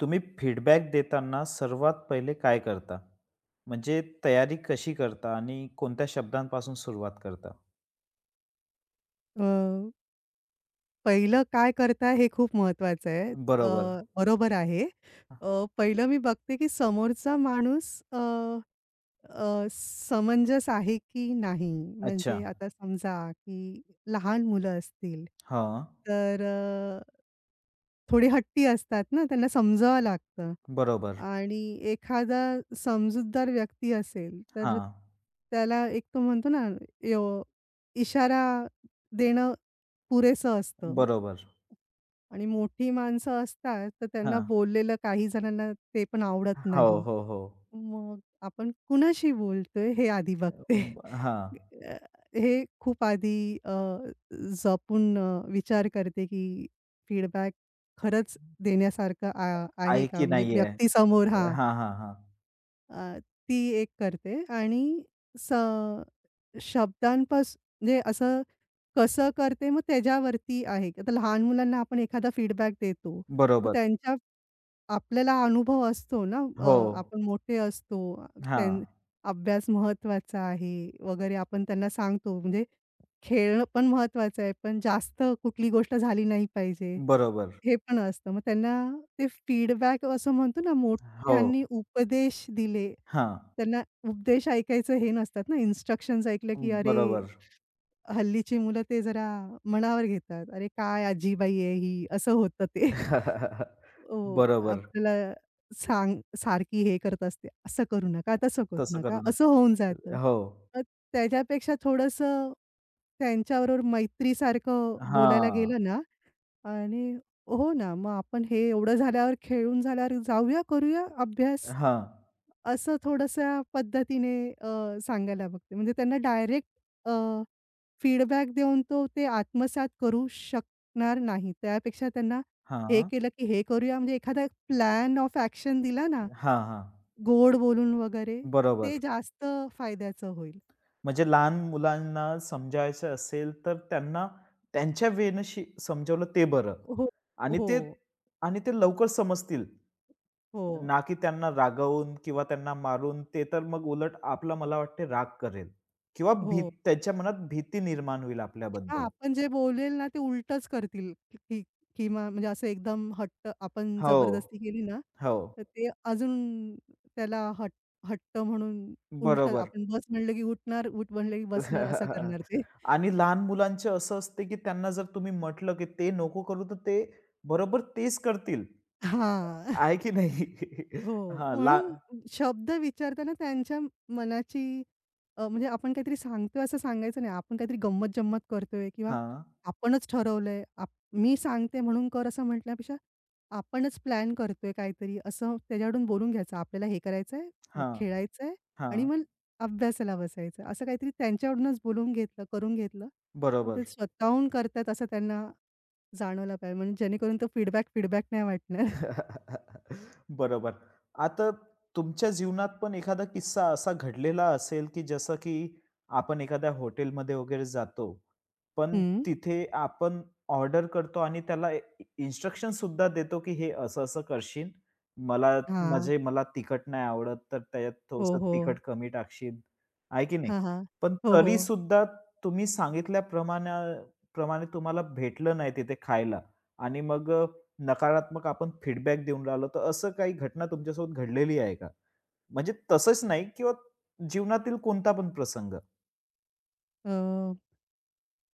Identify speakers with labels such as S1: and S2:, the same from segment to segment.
S1: तुम्ही फीडबॅक देताना सर्वात पहिले काय करता? म्हणजे तयारी कशी करता आणि कोणत्या शब्दांपासून सुरुवात करता?
S2: अ, पहिलं काय करताय हे खूप महत्वाचं आहे.
S1: बरोबर.
S2: बरोबर आहे. पहिलं मी बघते की समोरचा माणूस अ, अ, समंजस आहे की नाही?
S1: अच्छा.
S2: म्हणजे आता समजा की लहान मुलं असतील
S1: हां.
S2: तर थोडी हट्टी असतात ना, त्यांना समजावं लागतं.
S1: बरोबर.
S2: आणि एखादा समजूतदार व्यक्ती असेल, तर
S1: हां.
S2: त्याला एक तो म्हणतो ना, यो इशारा देणं पुरेसं असतं
S1: बरोबर.
S2: आणि मोठी माणसं असतात, तर त्यांना
S1: हां.
S2: बोललेलं काही जणांना ते पण आवडत
S1: हो,
S2: नाही.
S1: हो, हो.
S2: मग आपण कुणाशी बोलतोय हे आधी बघते.
S1: हां.
S2: अ, हे खूप आधी जपून विचार करते, की फीडबॅक खरंच देण्यासारखं आहे
S1: आहे
S2: का?
S1: की
S2: म्हणजे
S1: नाहीये?
S2: व्यक्तीसमोर हां.
S1: हां, हां, हां.
S2: अ, ती एक करते आणि स म्हणजे असं कसं करते मग त्याच्यावरती आहे. आता लहान मुलांना आपण एखादा फीडबॅक देतो. तर
S1: बरोबर.
S2: त्यांच्या आपल्याला अनुभव असतो ना,
S1: हो.
S2: आपण मोठे असतो. त्यां
S1: हां.
S2: अभ्यास महत्त्वाचा आहे वगैरे आपण त्यांना सांगतो. म्हणजे खेळणं पण महत्त्वाचं आहे, पण जास्त कुठली गोष्ट झाली नाही पाहिजे,
S1: बरोबर.
S2: हे पण असतं. मग त्यांना ते फीडबॅक असं म्हणतो ना,
S1: हो.
S2: मोठ्यांनी उपदेश दिले.
S1: हां.
S2: त्यांना उपदेश ऐकायचं हे नसतात ना, इन्स्ट्रक्शन्स ऐकलं की अरे,
S1: बरोबर.
S2: हल्लीची मुलं ते जरा मनावर घेतात. अरे, काय आजीबाई आहे ही, असं होतं ते. हो,
S1: बरोबर.
S2: आपल्याला सांग सारखी हे करत असते, "असं करू नका, तसं करू
S1: तसं
S2: नका."
S1: करू
S2: असं
S1: नका.
S2: होऊन जातं.
S1: हो.
S2: मग त्याच्यापेक्षा थोडंसं त्यांच्याबरोबर मैत्रीसारखं बोलायला
S1: हां.
S2: गेलं ना आणि हो ना, मग आपण हे एवढं झाल्यावर खेळून झाल्यावर जाऊया, करूया अभ्यास.
S1: हां,
S2: असं थोडंसं पद्धतीने सांगायला बघते. म्हणजे त्यांना डायरेक्ट अ, फीडबॅक देऊन तो ते आत्मसात करू शकणार नाही. त्यापेक्षा त्यांना हे
S1: हां.
S2: केलं की हे करूया म्हणजे एखादा प्लॅन ऑफ ॲक्शन दिला ना,
S1: हां, हां.
S2: गोड बोलून वगैरे, ते
S1: बरोबर.
S2: जास्त फायद्याचं होईल.
S1: म्हणजे लहान मुलांना समजायचं असेल, तर त्यांना त्यांच्या वेनं शी समजावलं ते बरं.
S2: हो,
S1: आणि
S2: हो,
S1: ते आणि ते लवकर समजतील.
S2: हो,
S1: ना की त्यांना रागवून किंवा त्यांना मारून, ते तर मग उलट आपला मला वाटते राग करेल किंवा भी
S2: हो.
S1: त्यांच्या मनात भीती निर्माण होईल
S2: हां,
S1: आपल्याबद्दल.
S2: आपण जे बोलेल ना, ते उलटंच करतील की किंवा म्हणजे असं एकदम हट्ट आपण
S1: हो,
S2: जबरदस्ती केली ना,
S1: हो.
S2: तर ते अजून त्याला हट हट्ट म्हणून उलटं
S1: बरोबर.
S2: आपण बस म्हणलं की उठणार, उठ म्हणलं की बसणार असं करणार ते.
S1: आणि लहान मुलांचे असं असते, की त्यांना जर तुम्ही म्हटलं, की ते नको करू, तर ते बरोबर तेच करतील.
S2: हां.
S1: आहे की नाही?
S2: हो,
S1: हां, ला
S2: म्हणून शब्द विचारताना त्यांच्या मनाची म्हणजे आपण काहीतरी सांगतोय असं सांगायचं नाही. आपण काहीतरी गंमत-जंमत करतोय किंवा
S1: हां,
S2: आपणच ठरवलंय. मी सांगते म्हणून कर असं म्हटल्यापेक्षा आपणच प्लॅन करतोय काहीतरी असं त्याच्याकडून बोलून घ्यायचं. आपल्याला हे करायचंय, मग
S1: हां,
S2: खेळायचंय आणि
S1: हां.
S2: मग अभ्यासाला बसायचं. असं काहीतरी त्यांच्याकडूनच बोलून घेतलं, करून घेतलं, तर ते
S1: बरोबर.
S2: स्वतःहून करतात असं त्यांना जाणवलं पाहिजे. म्हणजे जेणेकरून तो फीडबॅक फीडबॅक नाही वाटणार.
S1: बरोबर. आता तुमच्या जीवनात पण एखादा किस्सा असा घडलेला असेल, की जसं की आपण एखाद्या हॉटेलमध्ये वगैरे जातो. पण
S2: हं.
S1: तिथे आपण ऑर्डर करतो आणि त्याला इन्स्ट्रक्शनसुद्धा देतो, की हे असं-असं करशील. मला
S2: हां.
S1: म्हणजे मला तिखट नाही आवडत, तर त्याच्यात
S2: हो,
S1: थोडंसं
S2: हो.
S1: तिखट कमी टाकशील. आहे की नाही?
S2: हां, हां.
S1: पण
S2: हो, हो.
S1: तरीसुद्धा तुम्ही सांगितल्याप्रमाणे प्रमाणे तुम्हाला भेटलं नाही तिथे खायला आणि मग नकारात्मक आपण फीडबॅक देऊन राहिलो, तर असं काही घटना तुमच्यासोबत घडलेली आहे का? म्हणजे तसंच नाही किंवा जीवनातील कोणता पण प्रसंग?
S2: अ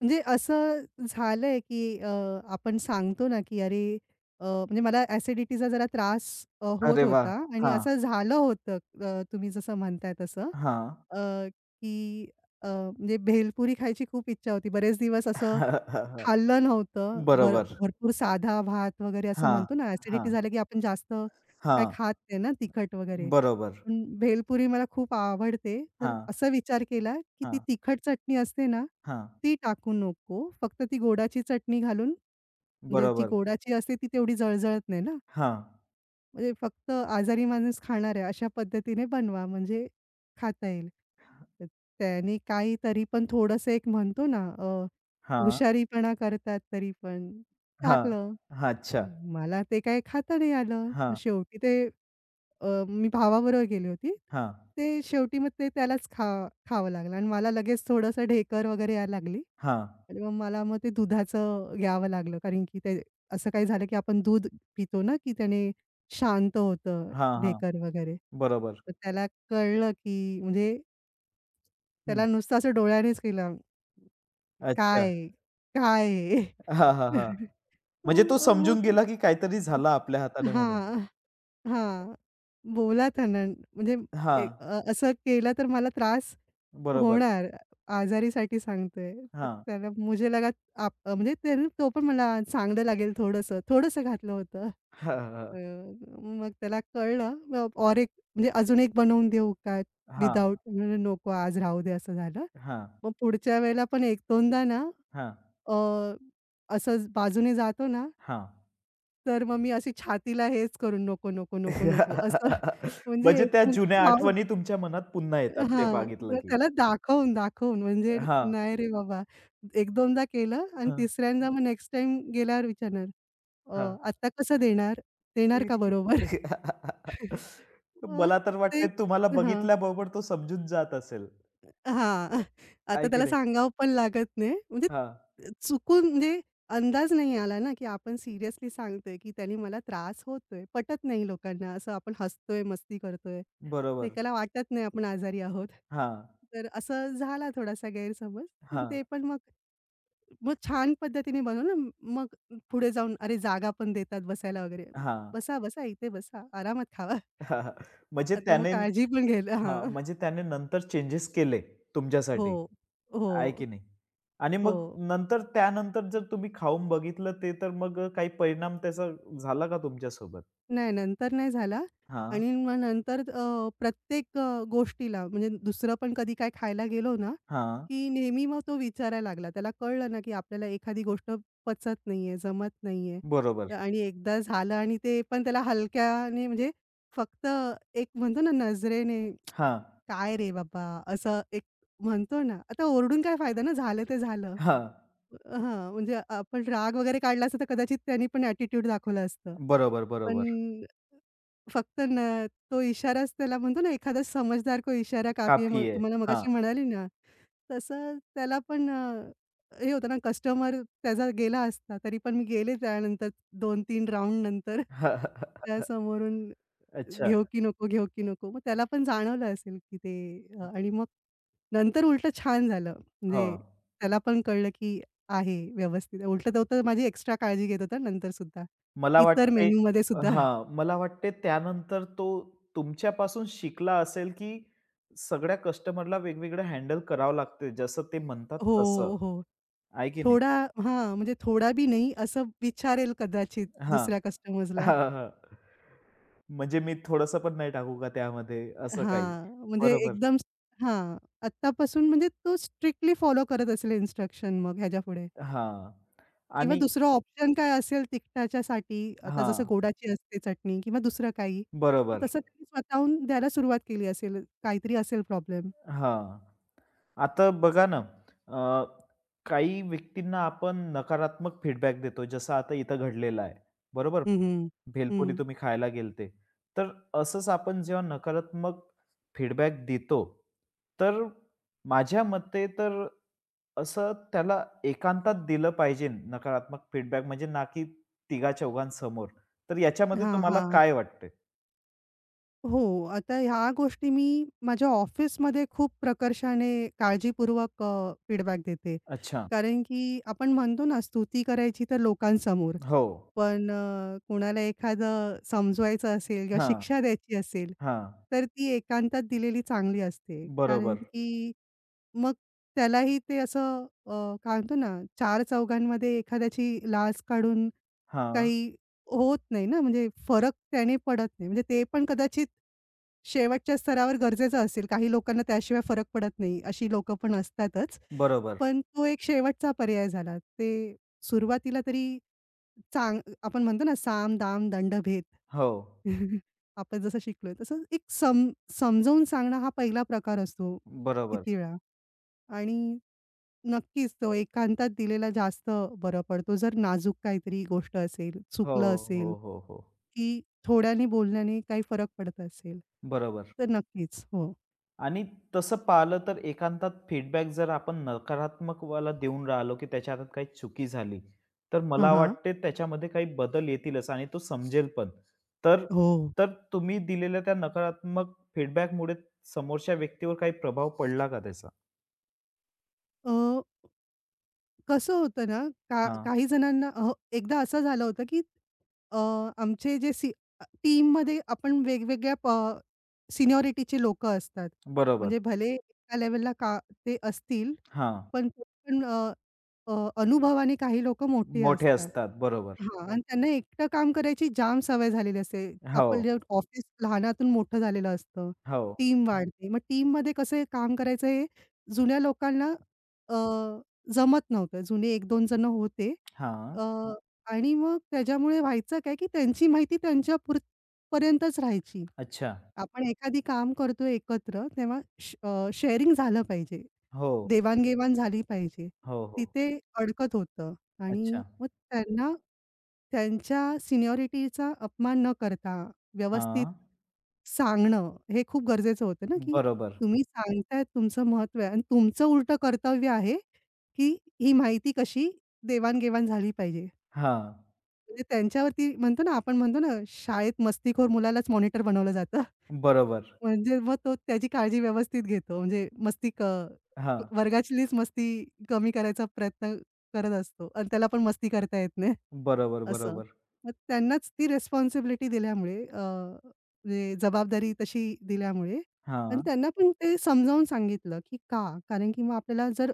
S2: म्हणजे असं झालंय, की आपण सांगतो ना, की अरे म्हणजे मला ॲसिडिटीचा जरा त्रास होत
S1: अरे वाह!
S2: होता आणि
S1: हां,
S2: असं झालं होतं तुम्ही जसं म्हणताय तसं
S1: हां.
S2: अ, की म्हणजे भेलपुरी खायची खूप इच्छा होती. बरेच दिवस असं खाल्लं नव्हतं. भर
S1: बरोबर.
S2: भरपूर साधा भात वगैरे असं
S1: हां,
S2: म्हणतो ना, ॲसिडिटी
S1: हां,
S2: झालं, की आपण जास्त काही
S1: हां.
S2: खात नाही ना तिखट वगैरे.
S1: बरोबर.
S2: पण भेलपुरी मला खूप आवडते. तर
S1: हां,
S2: असा विचार केला, की ती
S1: हां,
S2: तिखट चटणी असते ना
S1: हां.
S2: ती टाकू नको. फक्त ती गोडाची चटणी घालून म्हणजे जी
S1: बरोबर.
S2: गोडाची असते ती तेवढी जळजळत नाही ना.
S1: हां,
S2: म्हणजे फक्त आजारी माणूस खाणार आहे अशा पद्धतीने बनवा म्हणजे खाता येईल. तर त्याने काही तरी पण थोडंसं एक म्हणतो ना
S1: हां,
S2: हुशारीपणा करतात तरी पण
S1: हां.
S2: टाकलं.
S1: हां, अच्छा.
S2: मला ते काही खाता नाही आलं. मग
S1: हां,
S2: शेवटी ते मी भावाबरोबर गेली होती.
S1: हां,
S2: ते शेवटी मग ते त्यालाच खावं लागलं आणि मला लगेच थोडंसं ढेकर वगैरे यायला लागली.
S1: हां,
S2: आणि मग मला मग ते दुधाचं घ्यावं लागलं. कारण की ते असं काही झालं की आपण दूध पितो ना, की त्याने शांत होतं
S1: हां, हां.
S2: ढेकर वगैरे.
S1: बरोबर.
S2: तर त्याला कळलं की म्हणजे त्याला
S1: हं.
S2: नुसतं असं डोळ्यानेच केलं,
S1: अच्छा.
S2: "काय? काय
S1: हां, हां, हां.
S2: हे?"
S1: म्हणजे तो
S2: मग
S1: समजून
S2: मग
S1: गेला, की काहीतरी झालं आपल्या हाताने म्हणून.
S2: हां. हां. बोला त्यांना म्हणजे
S1: हां.
S2: ए असं केलं तर मला त्रास
S1: बरोबर.
S2: होणार. आजारीसाठी सांगतोय. तर
S1: हां.
S2: त्याला मुझे लगा आप म्हणजे त्याने तो पण मला चांगलं लागेल थोडंसं, थोडंसं घातलं होतं.
S1: हां,
S2: अ,
S1: हां.
S2: मग त्याला कळलं. मग और एक म्हणजे अजून एक बनवून देऊ का
S1: हां,
S2: विदाऊट? नको आज राहू दे असं झालं.
S1: हां,
S2: मग पुढच्या वेळेला पण 1-2दा ना
S1: हां,
S2: अ, असंच बाजूने जातो ना
S1: हां.
S2: तर मग मी अशी छातीला हेच करून नको, नको, नको, नको असं म्हणजे
S1: म्हणजे त्या जुन्या
S2: घाबरून
S1: आठवणी तुमच्या मनात पुन्हा येतात ते
S2: हां.
S1: बघितलं
S2: मग
S1: की.
S2: त्याला दाखवून म्हणजे
S1: हां,
S2: नाही रे बाबा. एक 2दा केलं आणि
S1: हां,
S2: तिसऱ्यांदा मग नेक्स्ट टाइम गेल्यावर विचारणार, "अ,
S1: हां.
S2: आत्ता कसं देणार? देणार का बरोबर?" मग
S1: मला तर
S2: ते
S1: वाटतंय तुम्हाला
S2: हां.
S1: बघितल्याबरोबर तो समजून जात असेल.
S2: हां. आता
S1: आहे की
S2: त्याला
S1: नाही?
S2: सांगावं पण लागत नाही. म्हणजे
S1: हां,
S2: चुकून म्हणजे अंदाज नाही आला ना, की आपण सिरियसली सांगतोय, की त्याने मला त्रास होतोय. पटत नाही लोकांना असं आपण हसतोय, मस्ती करतोय. तर
S1: बरोबर.
S2: एकाला वाटत नाही आपण आजारी आहोत.
S1: हां,
S2: तर असं झाला थोडासा गैरसमज. पण
S1: हां,
S2: ते पण मग मग छान पद्धतीने बनवलं. मग पुढे जाऊन अरे जागा पण देतात बसायला वगैरे.
S1: हां.
S2: "बसा, बसा इथे बसा. आरामात खावा."
S1: म्हणजे
S2: आता मग
S1: त्याने
S2: काळजी पण घ्यायला
S1: हां,
S2: हां.
S1: म्हणजे त्याने नंतर चेंजेस केले
S2: हो.
S1: तुमच्यासाठी.
S2: हो,
S1: आहे की नाही. आणि
S2: हो.
S1: मग नंतर त्यानंतर जर तुम्ही खाऊन बघितलं ते तर मग काही परिणाम त्याचा झाला का तुमच्यासोबत?
S2: नाही, नंतर नाही झाला
S1: हां,
S2: आणि मग नंतर प्रत्येक गोष्टीला म्हणजे दुसरं पण कधी काय खायला गेलो ना,
S1: हां.
S2: की नेहमी मग तो विचारायला लागला. त्याला कळलं ना, की आपल्याला एखादी गोष्ट पचत नाहीये, जमत नाहीये. तर
S1: बरोबर.
S2: आणि एकदा झालं आणि ते पण त्याला हलक्याने म्हणजे फक्त एक म्हणतो ना नजरेने,
S1: हां,
S2: "काय रे बाबा!" असं एक म्हणतो ना. आता ओरडून काय फायदा ना, झालं ते झालं.
S1: हां.
S2: हां, म्हणजे आपण राग वगैरे काढला असता तर कदाचित त्यानी पण ॲटिट्यूड दाखवलं असतं.
S1: बरोबर, बरोबर.
S2: पण फक्त न तो इशाराच त्याला म्हणतो ना, एखादा समजदार को इशारा काफी है. मग
S1: काफी आहे.
S2: तुम्हाला
S1: हां.
S2: मगाशी म्हणाली ना, तसं त्याला पण हे होतं ना, कस्टमर त्याचा गेला असता, तरी पण मी गेले त्यानंतर 2-3 राउंड नंतर त्या समोरून
S1: अच्छा.
S2: घेऊ की नको, घेऊ की नको. मग त्याला पण जाणवलं असेल की ते आणि मग नंतर उलटं छान झालं.
S1: हो.
S2: म्हणजे त्याला पण कळलं की आहे व्यवस्थित. उलटं तो तर माझी एक्स्ट्रा काळजी घेत होता नंतर सुद्धा.
S1: मला
S2: इतर
S1: वाटते
S2: मेनूमध्ये सुद्धा.
S1: हां, मला वाटते त्यानंतर तो तुमच्यापासून शिकला असेल, की सगळ्या कस्टमरला वेगवेगळं हँडल करावं लागते, जसं ते म्हणतात
S2: हो,
S1: तसं.
S2: हो, हो.
S1: आहे की नाही?
S2: थोडा हां, म्हणजे थोडा बी नाही असं विचारेल कदाचित
S1: हां.
S2: दुसऱ्या कस्टमर्सला.
S1: हां, हां. म्हणजे मी थोडंसं पण नाही टाकू का त्यामध्ये असं काही?
S2: हां, म्हणजे
S1: बरोबर.
S2: एकदम हां, आत्तापासून म्हणजे तो स्ट्रिक्टली फॉलो करत असेल इंस्ट्रक्शन मग ह्याच्यापुढे
S1: हां.
S2: किंवा
S1: आणि
S2: दुसरं ऑप्शन काय असेल तिखटाच्यासाठी आता जसं
S1: हां,
S2: गोडाची असते चटणी किंवा दुसरं काही. तर
S1: बरोबर.
S2: तसं त्यांनी स्वतःहून द्यायला सुरुवात केली असेल. काहीतरी असेल प्रॉब्लेम.
S1: हां. आता बघा ना, अ, काही व्यक्तींना आपण नकारात्मक फीडबॅक देतो, जसं आता इथं घडलेलं आहे. बरोबर?
S2: हं, हं.
S1: भेलपुरी
S2: हं.
S1: तुम्ही खायला गेलते. तर असंच आपण जेव्हा नकारात्मक फीडबॅक देतो, तर माझ्या मते तर असं त्याला एकांतात दिलं पाहिजे नकारात्मक फीडबॅक म्हणजे ना की तिघा-चौघांसमोर. तर याच्यामध्ये
S2: हां,
S1: तुम्हाला
S2: हां.
S1: काय वाटतंय?
S2: हो. आता ह्या गोष्टी मी माझ्या ऑफिसमध्ये खूप प्रकर्षाने काळजीपूर्वक फीडबॅक देते.
S1: अच्छा.
S2: कारण की आपण म्हणतो ना स्तुती करायची तर लोकांसमोर.
S1: हो.
S2: पण कोणाला एखादं समजवायचं असेल किंवा
S1: हां,
S2: शिक्षा द्यायची असेल,
S1: हां.
S2: तर ती एकांतात दिलेली चांगली असते. कारण
S1: बरोबर.
S2: की मग त्यालाही ते असं काय म्हणतो ना, चार चौघांमध्ये एखाद्याची लाज काढून
S1: हां,
S2: काही होत नाही ना, म्हणजे फरक त्याने पडत नाही. म्हणजे ते पण कदाचित शेवटच्या स्तरावर गरजेचं असेल. काही लोकांना त्याशिवाय फरक पडत नाही, अशी लोकं पण असतातच.
S1: बरोबर.
S2: पण तो एक शेवटचा पर्याय झाला. ते सुरुवातीला तरी आपण म्हणतो ना, साम, दाम, दंडभेद.
S1: हो.
S2: आपण जसं शिकलोय तसं एक सम समजावून सांगणं हा पहिला प्रकार असतो
S1: बरोबर.
S2: किती वेळा आणि नक्कीच तो एकांतात दिलेला जास्त बरं पडतो. जर नाजूक काहीतरी गोष्ट असेल,
S1: हो,
S2: चुकलं असेल
S1: हो, हो, हो.
S2: की थोड्याने बोलण्याने काही फरक पडत असेल.
S1: बरोबर.
S2: तर नक्कीच. हो.
S1: आणि तसं पाहिलं तर एकांतात फीडबॅक जर आपण नकारात्मक वाला देऊन राहिलो, की त्याच्या हातात काही चुकी झाली, तर
S2: हां,
S1: मला
S2: हां.
S1: वाटते त्याच्यामध्ये काही बदल येतीलच आणि तो समजेल पण. तर
S2: हो.
S1: तर तुम्ही दिलेल्या त्या नकारात्मक फीडबॅकमुळे समोरच्या व्यक्तीवर काही प्रभाव पडला का त्याचा?
S2: अ, कसं होतं ना, का
S1: हां,
S2: काही जणांना एकदा असं झालं होतं, की अ, आमचे जे सी टीममध्ये आपण वेगवेगळ्या सिनियॉरिटीचे लोकं असतात.
S1: बरोबर.
S2: म्हणजे भले एका लेव्हलला का ते असतील,
S1: हां,
S2: पण तरी पण अ, अ, अनुभवाने काही लोकं मोठी
S1: मोठे
S2: असतात.
S1: असतात. बरोबर.
S2: हां. आणि त्यांना एकटं काम करायची जाम सवय झालेली असते.
S1: हो,
S2: आपण जे ऑफिस लहानातून मोठं झालेलं असतं.
S1: हो.
S2: टीम वाढते. मग टीममध्ये कसं हे काम करायचं हे जुन्या लोकांना जमत नव्हतं. जुने 1-2 जण होते.
S1: हां,
S2: अ, आणि मग त्याच्यामुळे व्हायचं काय, की त्यांची माहिती त्यांच्या पर्यंतच राहायची.
S1: अच्छा.
S2: आपण एखादी काम करतोय एकत्र तेव्हा शेअरिंग झालं पाहिजे.
S1: हो,
S2: देवाण-घेवाण झाली पाहिजे.
S1: हो, हो.
S2: तिथे अडकत होतं आणि
S1: अच्छा.
S2: मग त्यांना त्यांच्या सिनियॉरिटीचा अपमान न करता व्यवस्थित
S1: हां,
S2: सांगणं हे खूप गरजेचं होतं ना, की
S1: बरोबर.
S2: तुम्ही सांगताय तुमचं महत्व आहे आणि तुमचं उलटं कर्तव्य आहे, की ही माहिती कशी देवाण-घेवाण झाली पाहिजे.
S1: हां,
S2: म्हणजे त्यांच्यावरती म्हणतो ना, आपण म्हणतो ना, शाळेत मस्तीखोर मुलालाच मॉनिटर बनवलं जातं.
S1: बरोबर.
S2: म्हणजे मग तो त्याची काळजी व्यवस्थित घेतो. म्हणजे मस्ती क
S1: हां.
S2: वर्गातलीच मस्ती कमी करायचा प्रयत्न करत असतो आणि त्याला पण मस्ती करता येत नाही,
S1: बरोबर,
S2: असं.
S1: बरोबर.
S2: मग त्यांनाच ती रिस्पॉन्सिबिलिटी दिल्यामुळे म्हणजे जबाबदारी तशी दिल्यामुळे आणि
S1: हां,
S2: त्यांना पण ते समजावून सांगितलं, की का? कारण की मग आपल्याला जर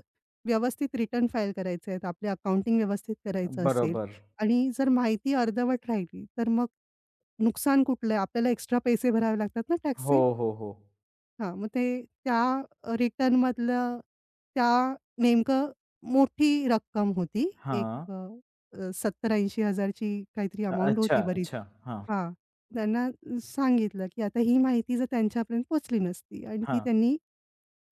S2: व्यवस्थित रिटर्न फाईल करायचे आहेत, आपले अकाउंटिंग व्यवस्थित करायचं असेल
S1: बरोबर.
S2: आणि जर माहिती अर्धवट राहिली, तर मग नुकसान कुठलं आहे? आपल्याला एक्स्ट्रा पैसे भरावे लागतात ना
S1: हो,
S2: टॅक्सचे.
S1: हो, हो.
S2: हां, मग ते त्या रिटर्नमधलं त्या नेमकं मोठी रक्कम होती. एक
S1: हां.
S2: अ, अ, 70,000 ची काहीतरी
S1: अ,
S2: अमाउंट
S1: अच्छा,
S2: होती बरीच.
S1: अच्छा. हां,
S2: हां, त्यांना सांगितलं, की आता ही माहिती जर त्यांच्यापर्यंत पोचली नसती आणि ती
S1: हां,
S2: त्यांनी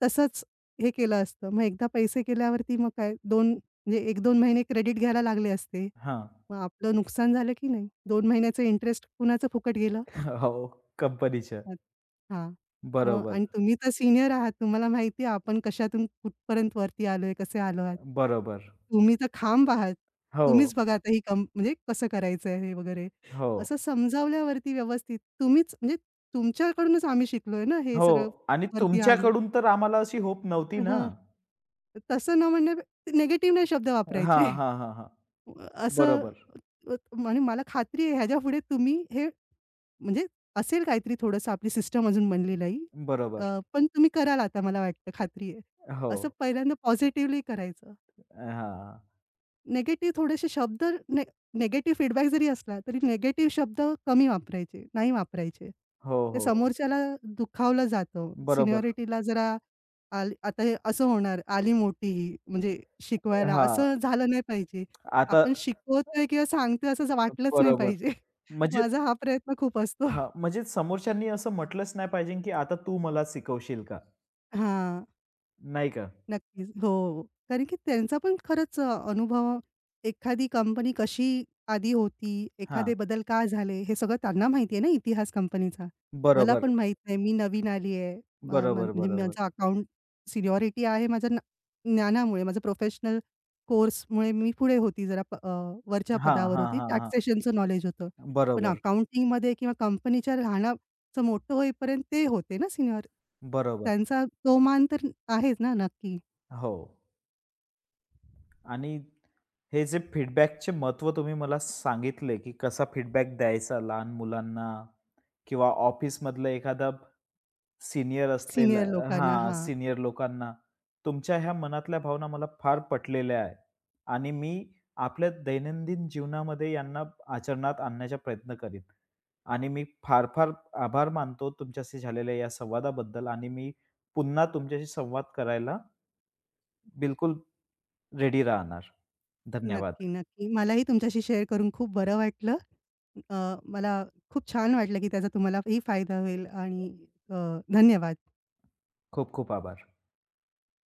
S2: तसंच हे केलं असतं. मग एकदा पैसे गेल्यावरती मग काय 2 म्हणजे 1-2 महिने क्रेडिट घ्यायला लागले असते.
S1: हां.
S2: मग आपलं नुकसान झालं की नाही? 2 महिन्याचं इंटरेस्ट कुणाचं फुकट गेलं?
S1: हो, कंपनीच्या.
S2: अ, हां. मग
S1: बरोबर,
S2: आणि तुम्ही तर सीनियर आहात. तुम्हाला माहिती आहे आपण कशातून कुठपर्यंत वरती आलोय, कसे आलो आहात.
S1: बरोबर.
S2: तुम्ही तर खांब आहात.
S1: हो,
S2: तुम्हीच बघा आता ही कम म्हणजे कसं करायचं आहे हे वगैरे.
S1: हो,
S2: असं समजावल्यावरती व्यवस्थित तुम्हीच म्हणजे तुमच्याकडूनच आम्ही शिकलोय ना हे सगळं
S1: हो. आणि
S2: वरती आणलं.
S1: तुमच्याकडून तर आम्हाला अशी होप नव्हती ना.
S2: हां. तसं न म्हणण्या निगेटिव्ह नाही शब्द
S1: हां,
S2: वापरायचे.
S1: हां, हां, हां.
S2: असं
S1: बरोबर,
S2: आणि मला खात्री आहे ह्याच्यापुढे तुम्ही हे म्हणजे असेल काहीतरी थोडंसं आपली सिस्टम अजून बनली नाही.
S1: बरोबर.
S2: पण तुम्ही कराल आता मला वाटतं खात्री आहे.
S1: हो.
S2: असं पहिल्यांदा पॉझिटिव्हली करायचं.
S1: हां.
S2: निगेटिव्ह थोडेसे शब्द ने निगेटिव्ह फीडबॅक जरी असला, तरी निगेटिव्ह शब्द कमी वापरायचे, नाही वापरायचे.
S1: हो,
S2: ते
S1: हो, हो.
S2: समोरच्याला दुखावलं जातं.
S1: बरोबर.
S2: सिनियॉरिटीला जरा आली आता हे असं होणार, आली मोठी म्हणजे शिकवायला
S1: हां.
S2: असं झालं नाही पाहिजे.
S1: आता
S2: आपण शिकवतोय किंवा सांगतोय असं वाटलंच नाही
S1: बरोबर.
S2: पाहिजे.
S1: म्हणजे
S2: माझा हा प्रयत्न खूप असतो.
S1: हां, म्हणजे समोरच्यांनी असं म्हटलंच नाही पाहिजे, की आता तू मला शिकवशील का?
S2: हां.
S1: नाही का?
S2: नक्कीच. हो. कारण की त्यांचा पण खरंच अनुभव एखादी कंपनी कशी आधी होती, एखादे
S1: हां,
S2: बदल का झाले, हे सगळं त्यांना माहिती आहे ना इतिहास कंपनीचा. मला
S1: बरोबर,
S2: पण माहीत नाही. मी नवीन आली आहे.
S1: बरोबर,
S2: म्हणजे
S1: बरोबर.
S2: माझं अकाउंट सिनियॉरिटी आहे माझ्या ज्ञानामुळे, माझं प्रोफेशनल कोर्समुळे मी पुढे होती वरच्या
S1: हां,
S2: पदावर
S1: हां,
S2: होती.
S1: हां, हां.
S2: टॅक्सेशनचं नॉलेज होतं. पण
S1: बरोबर,
S2: अकाउंटिंगमध्ये किंवा कंपनीच्या लहानाचं मोठं होईपर्यंत ते होते ना सीनियर.
S1: बरोबर.
S2: त्यांचा तो मान तर आहेच ना नक्की.
S1: हो आणि हे जे फीडबॅकचे महत्त्व तुम्ही मला सांगितले, की कसा फीडबॅक द्यायचा लहान मुलांना किंवा ऑफिसमधलं एखादा सीनियर असलेला
S2: सीनियर लोकांना.
S1: हां,
S2: हां.
S1: सीनियर लोकांना. तुमच्या ह्या मनातल्या भावना मला फार पटलेल्या आहे आणि मी आपल्या दैनंदिन जीवनामध्ये यांना आचरणात आणण्याचा प्रयत्न करीन आणि मी फार-फार आभार मानतो तुमच्याशी झालेल्या या संवादाबद्दल आणि मी पुन्हा तुमच्याशी संवाद करायला बिलकुल रेडी राहणार. धन्यवाद.
S2: नक्की, नक्की. मलाही तुमच्याशी शेअर करून खूप बरं वाटलं. अ, मला खूप छान वाटलं, की त्याचा तुम्हालाही फायदा होईल आणि अ, धन्यवाद.
S1: खूप खूप आभार.